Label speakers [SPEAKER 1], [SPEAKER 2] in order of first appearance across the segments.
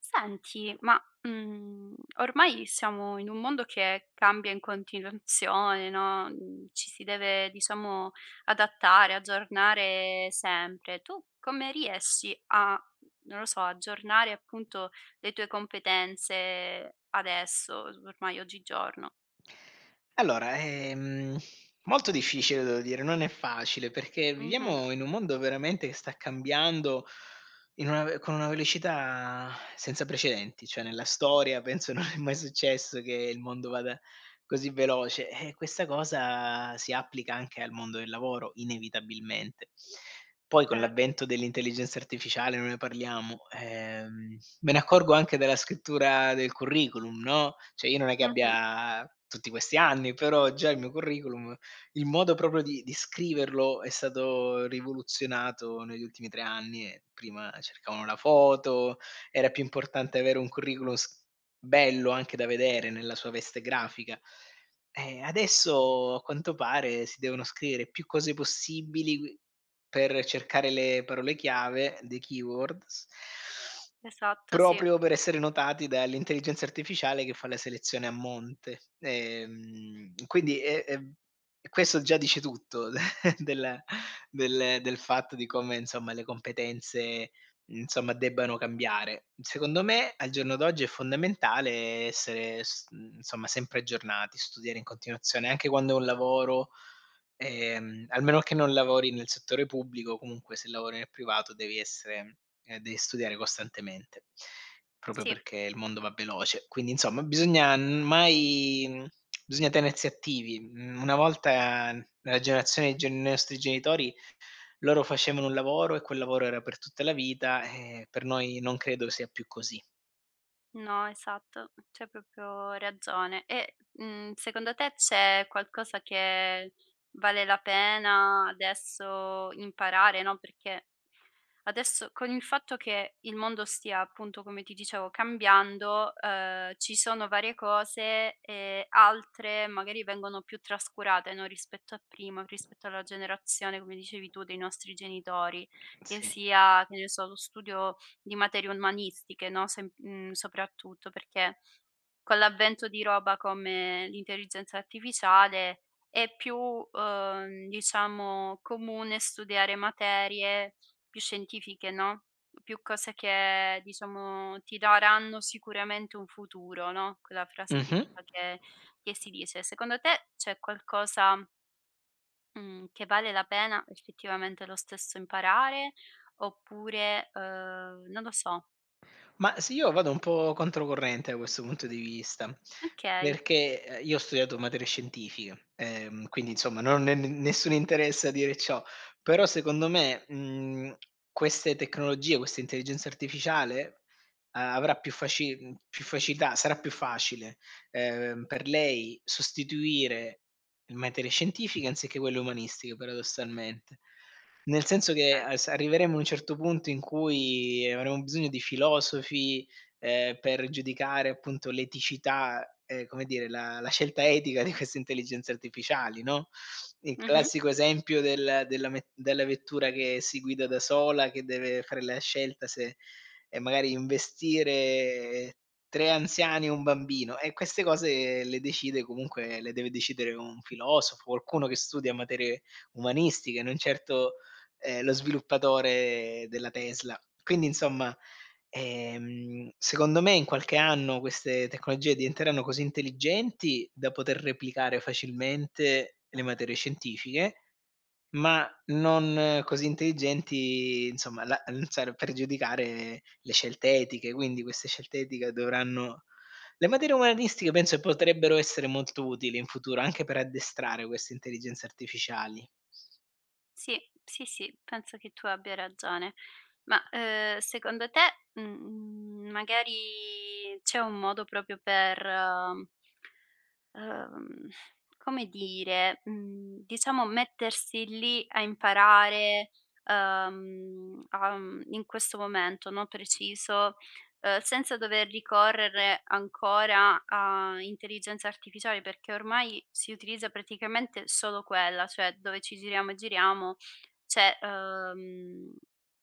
[SPEAKER 1] Senti, ma, ormai siamo in un mondo che cambia in continuazione, no, ci si deve diciamo adattare, aggiornare sempre. Tu come riesci a, non lo so, aggiornare appunto le tue competenze adesso, ormai oggigiorno?
[SPEAKER 2] Allora, molto difficile devo dire, non è facile perché
[SPEAKER 1] Mh-mh,
[SPEAKER 2] viviamo in un mondo veramente che sta cambiando in una ve con una velocità senza precedenti, cioè nella storia penso non è mai successo che il mondo vada così veloce e questa cosa si applica anche al mondo del lavoro inevitabilmente. Poi con
[SPEAKER 1] cer
[SPEAKER 2] l'avvento dell'intelligenza artificiale, non ne parliamo, me ne accorgo anche dalla scrittura del curriculum, no, cioè io non è che
[SPEAKER 1] mh-mh,
[SPEAKER 2] abbia tutti questi anni, però già il mio curriculum, il modo proprio di scriverlo è stato rivoluzionato negli ultimi 3 anni e prima cercavano la foto, era più importante avere un curriculum s bello anche da vedere nella sua veste grafica. Adesso a quanto pare si devono scrivere più cose possibili qui per cercare le parole chiave, the keywords,
[SPEAKER 1] esatto, sì,
[SPEAKER 2] proprio per essere notati dall'intelligenza artificiale che fa la selezione a monte. Questo già dice tutto del del fatto di come, insomma, le competenze, insomma, debbano cambiare. Secondo me, al giorno d'oggi è fondamentale essere, insomma, sempre aggiornati, studiare in continuazione, anche quando è un lavoro, almeno che non lavori nel settore pubblico. Comunque se lavori nel privato devi essere, devi studiare costantemente, proprio
[SPEAKER 1] sì.
[SPEAKER 2] perché il mondo va veloce. Quindi, insomma, bisogna n mai mhmm, bisogna tenersi attivi. Mhmm, una volta, nella generazione dei gen nostri genitori, loro facevano un lavoro e quel lavoro era per tutta la vita. Per noi non credo sia più così.
[SPEAKER 1] No, esatto, c'hai proprio ragione. E, secondo te c'è qualcosa che vale la pena adesso imparare, no, perché adesso con il fatto che il mondo stia appunto, come ti dicevo, cambiando, ci sono varie cose e altre magari vengono più trascurate, no, rispetto a prima, rispetto alla generazione, come dicevi tu, dei nostri genitori, che
[SPEAKER 2] Sì.
[SPEAKER 1] sia, che ne so, lo studio di materie umanistiche, no, soprattutto perché con l'avvento di roba come l'intelligenza artificiale è più, diciamo comune studiare materie più scientifiche, no, più cose che diciamo ti daranno sicuramente un futuro, no, quella frase
[SPEAKER 2] Mh-mh.
[SPEAKER 1] tipica che si dice. Secondo te c'è qualcosa, mhmm, che vale la pena effettivamente lo stesso imparare oppure, non lo so.
[SPEAKER 2] Ma sì, io vado un po' controcorrente da questo punto di vista,
[SPEAKER 1] Okay,
[SPEAKER 2] perché, io ho studiato materie scientifiche, quindi insomma non ho ne nessun interesse a dire ciò, però secondo me, queste tecnologie, questa intelligenza artificiale, a avrà più faci mhmm, più facilità, sarà più facile, per lei sostituire le materie scientifiche anziché quelle umanistiche paradossalmente. Nel senso che
[SPEAKER 1] cer
[SPEAKER 2] a s arriveremo a un certo punto in cui avremo bisogno di filosofi, per giudicare appunto l'eticità, come dire, la scelta etica di queste intelligenze artificiali, no, il
[SPEAKER 1] mh-mh.
[SPEAKER 2] classico esempio della vettura che si guida da sola, che deve fare la scelta se, magari investire 3 anziani e un bambino, e queste cose le decide, comunque le deve decidere un filosofo, qualcuno che studia materie umanistiche, non certo, lo sviluppatore della Tesla. Quindi insomma, secondo me in qualche anno queste tecnologie diventeranno così intelligenti da poter replicare facilmente le materie scientifiche, ma non così intelligenti, insomma, la mhmm, sar per giudicare le scelte etiche, quindi queste scelte etiche dovranno, le materie umanistiche penso che potrebbero essere molto utili in futuro, anche per addestrare queste intelligenze artificiali.
[SPEAKER 1] Sì, sì, sì, penso che tu abbia ragione. Ma, secondo te, mhmm, magari c'è un modo proprio per, ehm, come dire, diciamo mettersi lì a imparare, in questo momento, no, preciso, senza dover ricorrere ancora a intelligenza artificiale, perché ormai si utilizza praticamente solo quella, cioè dove ci giriamo e giriamo c'è,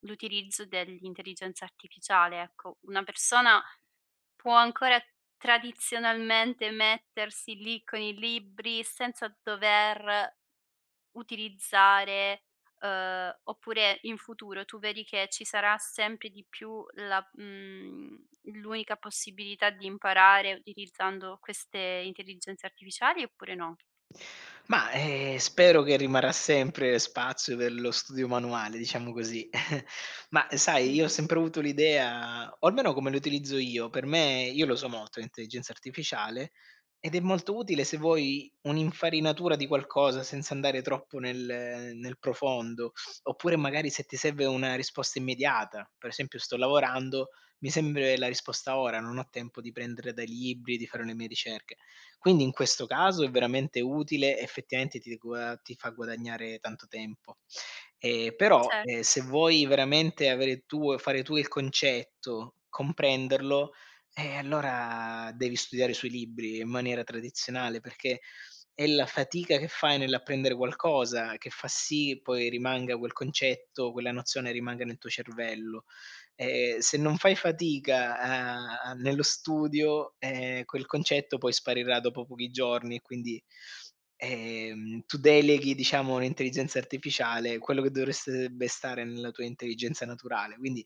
[SPEAKER 1] l'utilizzo dell'intelligenza artificiale, ecco. Una persona può ancora tradizionalmente mettersi lì con i libri senza dover utilizzare, oppure in futuro tu vedi che ci sarà sempre di più l'unica possibilità di imparare utilizzando queste intelligenze artificiali oppure no?
[SPEAKER 2] Ma, spero che rimarrà sempre spazio per lo studio manuale, diciamo così. Ma sai, io ho
[SPEAKER 1] Mh-mh.
[SPEAKER 2] sempre avuto l'idea, o almeno come lo utilizzo io, per me io lo so molto l'intelligenza artificiale, ed è molto utile se vuoi un'infarinatura di qualcosa senza andare troppo nel profondo, oppure magari se ti serve una risposta immediata. Per esempio sto lavorando, mi serve la risposta ora, non ho tempo di prendere dai libri, di fare le mie ricerche. Quindi in questo caso è veramente utile, effettivamente ti fa guadagnare tanto tempo. Però,
[SPEAKER 1] Certo,
[SPEAKER 2] se vuoi veramente avere tuo fare tu il concetto, comprenderlo, allora devi studiare sui libri in maniera tradizionale, perché è la fatica che fai nell'apprendere qualcosa che fa sì poi rimanga quel concetto, quella nozione rimanga nel tuo cervello. Se non fai fatica a a nello studio, quel concetto poi sparirà dopo pochi giorni, e quindi, tu deleghi, diciamo, all'intelligenza artificiale quello che dovreste be stare nella tua intelligenza naturale. Quindi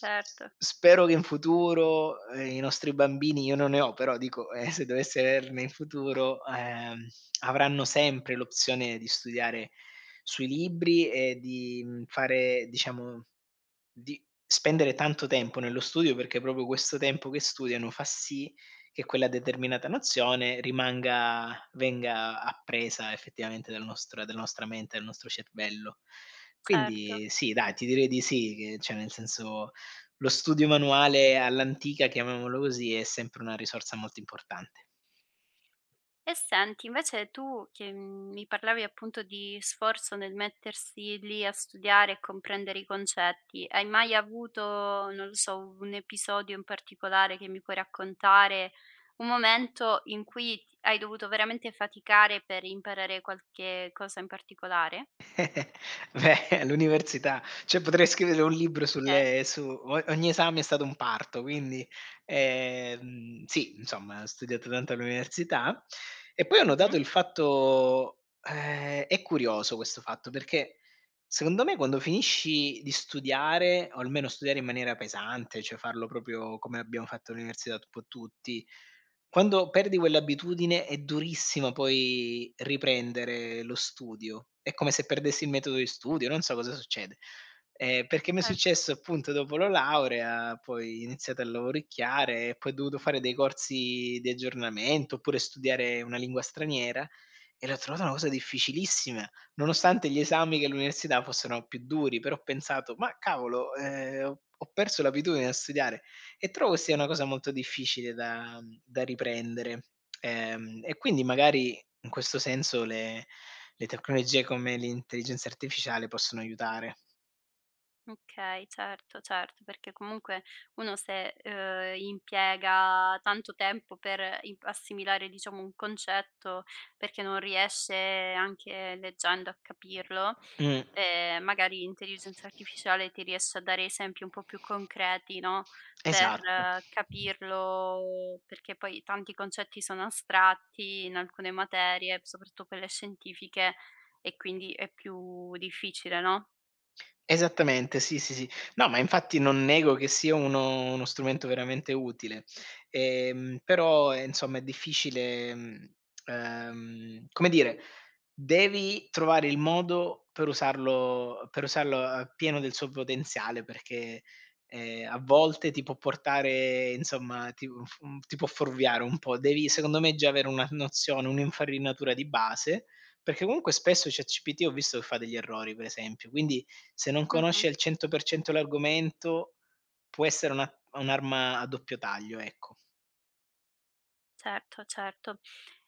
[SPEAKER 1] certo,
[SPEAKER 2] spero che in futuro, i nostri bambini, io non ne ho, però dico, se dovesse averne in futuro, avranno sempre l'opzione di studiare sui libri e di, fare, diciamo, di spendere tanto tempo nello studio, perché proprio questo tempo che studiano fa sì che quella determinata nozione rimanga venga appresa effettivamente dalla nostra mente, dal nostro cervello.
[SPEAKER 1] certo.
[SPEAKER 2] Quindi sì, dai, ti direi di sì, che, cioè, nel senso, lo studio manuale all'antica, chiamiamolo così, è sempre una risorsa molto importante.
[SPEAKER 1] E senti, invece tu che, mi parlavi appunto di sforzo nel mettersi lì a studiare e comprendere i concetti, hai mai avuto, non lo so, un episodio in particolare che mi puoi raccontare? Un momento in cui t hai dovuto veramente faticare per imparare qualche cosa in particolare?
[SPEAKER 2] Beh, all'università, cioè, potrei scrivere un libro
[SPEAKER 1] Okay.
[SPEAKER 2] sulle su o ogni esame è stato un parto, quindi, sì, insomma, ho studiato tanto all'università, e poi ho notato
[SPEAKER 1] Mh-mh.
[SPEAKER 2] il fatto, è curioso questo fatto, perché secondo me quando finisci di studiare, o almeno studiare in maniera pesante, cioè farlo proprio come abbiamo fatto all'università un po' tutti, quando perdi quell'abitudine è durissimo poi riprendere lo studio. È come se perdessi il metodo di studio, non so cosa succede. Perché mi è
[SPEAKER 1] Cer
[SPEAKER 2] successo appunto dopo la laurea, poi iniziato a lavoricchiare, e poi ho dovuto fare dei corsi di aggiornamento, oppure studiare una lingua straniera, e l'ho trovata una cosa difficilissima, nonostante gli esami che all'università fossero più duri, però ho pensato: "Ma cavolo, ho perso l'abitudine a studiare". E trovo sia una cosa molto difficile da, da riprendere. E quindi magari in questo senso le tecnologie come l'intelligenza artificiale possono aiutare.
[SPEAKER 1] Okay, certo, certo, perché comunque uno se, impiega tanto tempo per im assimilare, diciamo, un concetto, perché non riesce anche leggendo a capirlo,
[SPEAKER 2] Mh,
[SPEAKER 1] magari l'intelligenza artificiale ti riesce a dare esempi un po' più concreti, no, per
[SPEAKER 2] esatto.
[SPEAKER 1] capirlo, perché poi tanti concetti sono astratti in alcune materie, soprattutto quelle scientifiche, e quindi è più difficile, no?
[SPEAKER 2] Esattamente, sì, sì, sì. No, ma infatti non nego che sia uno strumento veramente utile, però, insomma è difficile, mhmm, come dire, devi trovare il modo per usarlo a pieno del suo potenziale, perché, a volte ti può portare, insomma, ti mhmm, f mhmm, ti può fuorviare un po'. Devi, secondo me, già avere una nozione, un'infarinatura di base, perché comunque spesso ChatGPT ho visto che fa degli errori, per esempio, quindi se non
[SPEAKER 1] Mh-mh.
[SPEAKER 2] conosci al 100% l'argomento può essere una un'arma a doppio taglio, ecco.
[SPEAKER 1] Certo, certo.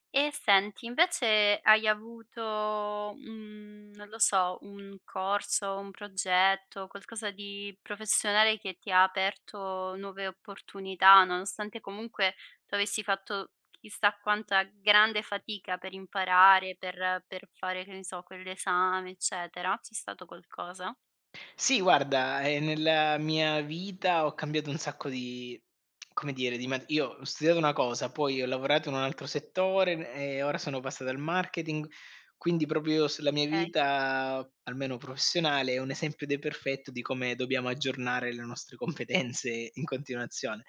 [SPEAKER 1] E senti, invece hai avuto, non lo so, un corso, un progetto, qualcosa di professionale che ti ha aperto nuove opportunità, nonostante comunque tu avessi fatto chissà quanta grande fatica per imparare, per fare, che ne so, quell'esame, eccetera? C'è stato qualcosa?
[SPEAKER 2] Sì, guarda, nella mia vita ho cambiato un sacco di, come dire, di ma io ho studiato una cosa, poi ho lavorato in un altro settore e ora sono passato al marketing, quindi proprio s la mia
[SPEAKER 1] Okay,
[SPEAKER 2] vita, almeno professionale, è un esempio de perfetto di come dobbiamo aggiornare le nostre competenze in continuazione.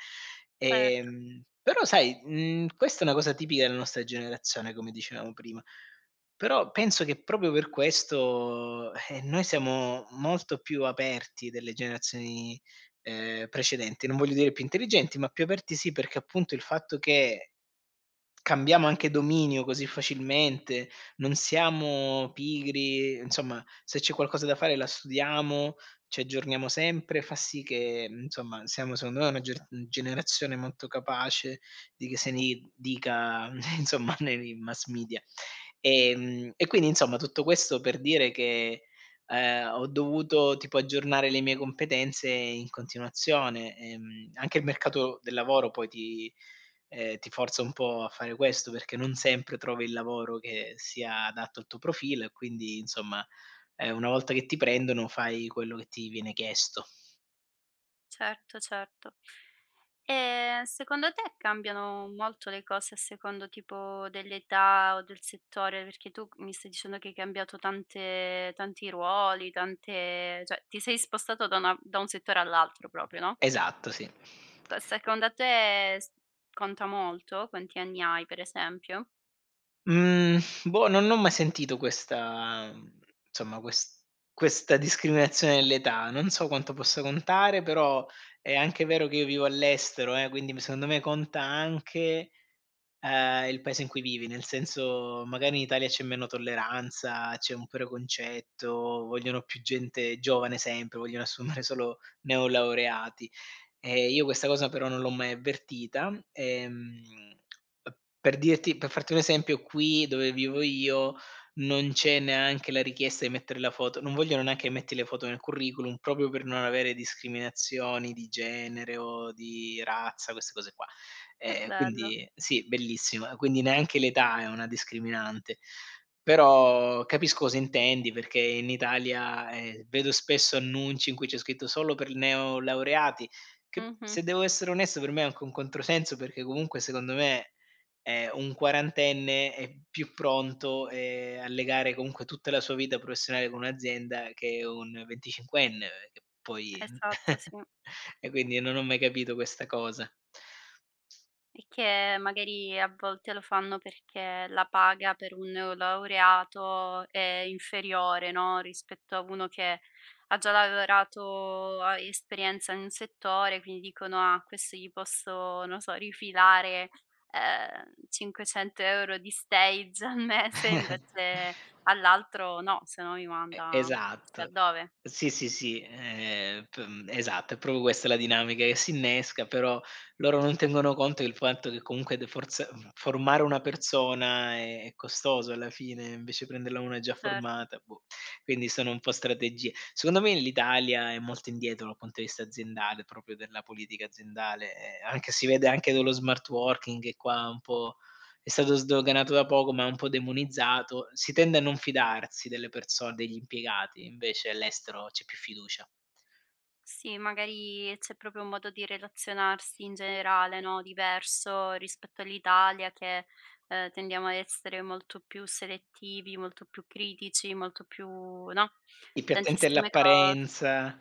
[SPEAKER 1] certo,
[SPEAKER 2] Però sai, mhmm, questa è una cosa tipica della nostra generazione, come dicevamo prima. Però penso che proprio per questo, noi siamo molto più aperti delle generazioni, precedenti. Non voglio dire più intelligenti, ma più aperti sì, perché appunto il fatto che cambiamo anche dominio così facilmente, non siamo pigri, insomma se c'è qualcosa da fare la studiamo, ci aggiorniamo sempre, fa sì che, mhmm, insomma siamo, secondo me, una ger generazione molto capace, di che se ne dica insomma nei mass media. E quindi insomma tutto questo per dire che, ho dovuto tipo aggiornare le mie competenze in continuazione, anche il mercato del lavoro poi ti, ti forza un po' a fare questo, perché non sempre trovi il lavoro che sia adatto al tuo profilo e quindi insomma, una volta che ti prendono fai quello che ti viene chiesto.
[SPEAKER 1] certo, certo. E secondo te cambiano molto le cose a secondo tipo dell'età o del settore? Perché tu mi stai dicendo che hai cambiato tante tanti ruoli, tante cioè ti sei spostato da una da un settore all'altro proprio, no,
[SPEAKER 2] Esatto, sì.
[SPEAKER 1] co secondo te s conta molto? Quanti anni hai per esempio?
[SPEAKER 2] Mhmm, Boh, non ho mai sentito questa, mhmm, insomma ques questa discriminazione dell'età. Non so quanto possa contare, però è anche vero che io vivo all'estero, quindi m secondo me conta anche, il paese in cui vivi, nel senso magari in Italia c'è meno tolleranza, c'è un preconcetto, vogliono più gente giovane sempre, vogliono assumere solo neolaureati. Io questa cosa però non l'ho mai avvertita. P Per dirti, per farti un esempio, qui dove vivo io non c'è neanche la richiesta di mettere la foto, non vogliono neanche che metti le foto nel curriculum, proprio per non avere discriminazioni di genere o di razza, queste cose qua.
[SPEAKER 1] Che bello.
[SPEAKER 2] Quindi sì, bellissimo. Quindi neanche l'età è una discriminante. Però capisco cosa intendi, perché in Italia, vedo spesso annunci in cui c'è scritto: "Solo per neolaureati", che
[SPEAKER 1] Mh-mh,
[SPEAKER 2] se devo essere onesto per me è anche un controsenso, perché comunque secondo me, un quarantenne è più pronto, a legare comunque tutta la sua vita professionale con un'azienda che un venticinquenne, che poi
[SPEAKER 1] esatto, sì.
[SPEAKER 2] e quindi non ho mai capito questa cosa.
[SPEAKER 1] E che magari a volte lo fanno perché la paga per un neolaureato è inferiore, no, rispetto a uno che ha già lavorato, ha esperienza in un settore, quindi dicono: "Ah, a questo gli posso, non so, rifilare, 500 € di stage al mese, invece all'altro no, se no mi
[SPEAKER 2] E
[SPEAKER 1] manda chissà
[SPEAKER 2] esatto.
[SPEAKER 1] dove."
[SPEAKER 2] Sì, sì, sì, esatto, è proprio questa la dinamica che si innesca, però loro non tengono conto del fatto che comunque formare una persona è costoso alla fine, invece prenderla una già
[SPEAKER 1] Cer
[SPEAKER 2] formata, boh. Quindi sono un po' strategie. Secondo me l'Italia è molto indietro dal punto di vista aziendale, proprio della politica aziendale, anche si vede anche dello smart working, che qua un po', è stato sdoganato da poco, ma è un po' demonizzato. Si tende a non fidarsi delle perso degli impiegati, invece all'estero c'è più fiducia.
[SPEAKER 1] Sì, magari c'è proprio un modo di relazionarsi in generale, no, diverso rispetto all'Italia che, tendiamo ad essere molto più selettivi, molto più critici, molto più no,
[SPEAKER 2] Ti piattentella
[SPEAKER 1] tantissime cos
[SPEAKER 2] apparenza.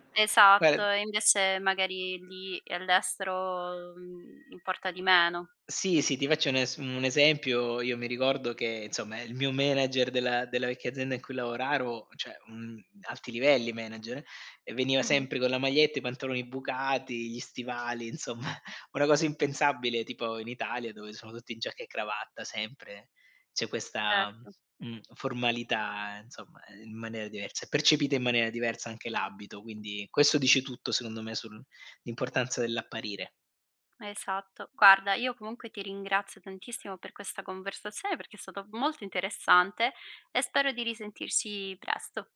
[SPEAKER 2] Guarda,
[SPEAKER 1] esatto, e invece magari lì e all'estero, importa di meno.
[SPEAKER 2] sì, sì, ti faccio un esempio: io mi ricordo che, insomma, il mio manager della vecchia azienda in cui lavoravo, cioè, mhmm, alti livelli manager, e veniva
[SPEAKER 1] Mh-mh,
[SPEAKER 2] sempre con la maglietta, i pantaloni bucati, gli stivali, insomma, una cosa impensabile tipo in Italia dove sono tutti in giacca e cravatta sempre. C'è questa,
[SPEAKER 1] certo,
[SPEAKER 2] mhmm, formalità, insomma, in maniera diversa. È percepita in maniera diversa anche l'abito, quindi questo dice tutto, secondo me, sull'importanza dell'apparire.
[SPEAKER 1] esatto. Guarda, io comunque ti ringrazio tantissimo per questa conversazione perché è stato molto interessante e spero di risentirci presto.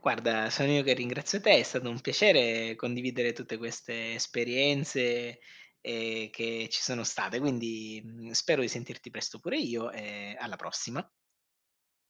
[SPEAKER 2] Guarda, sono io che ringrazio te, è stato un piacere condividere tutte queste esperienze, che ci sono state, quindi, mhmm, spero di sentirti presto pure io e alla prossima.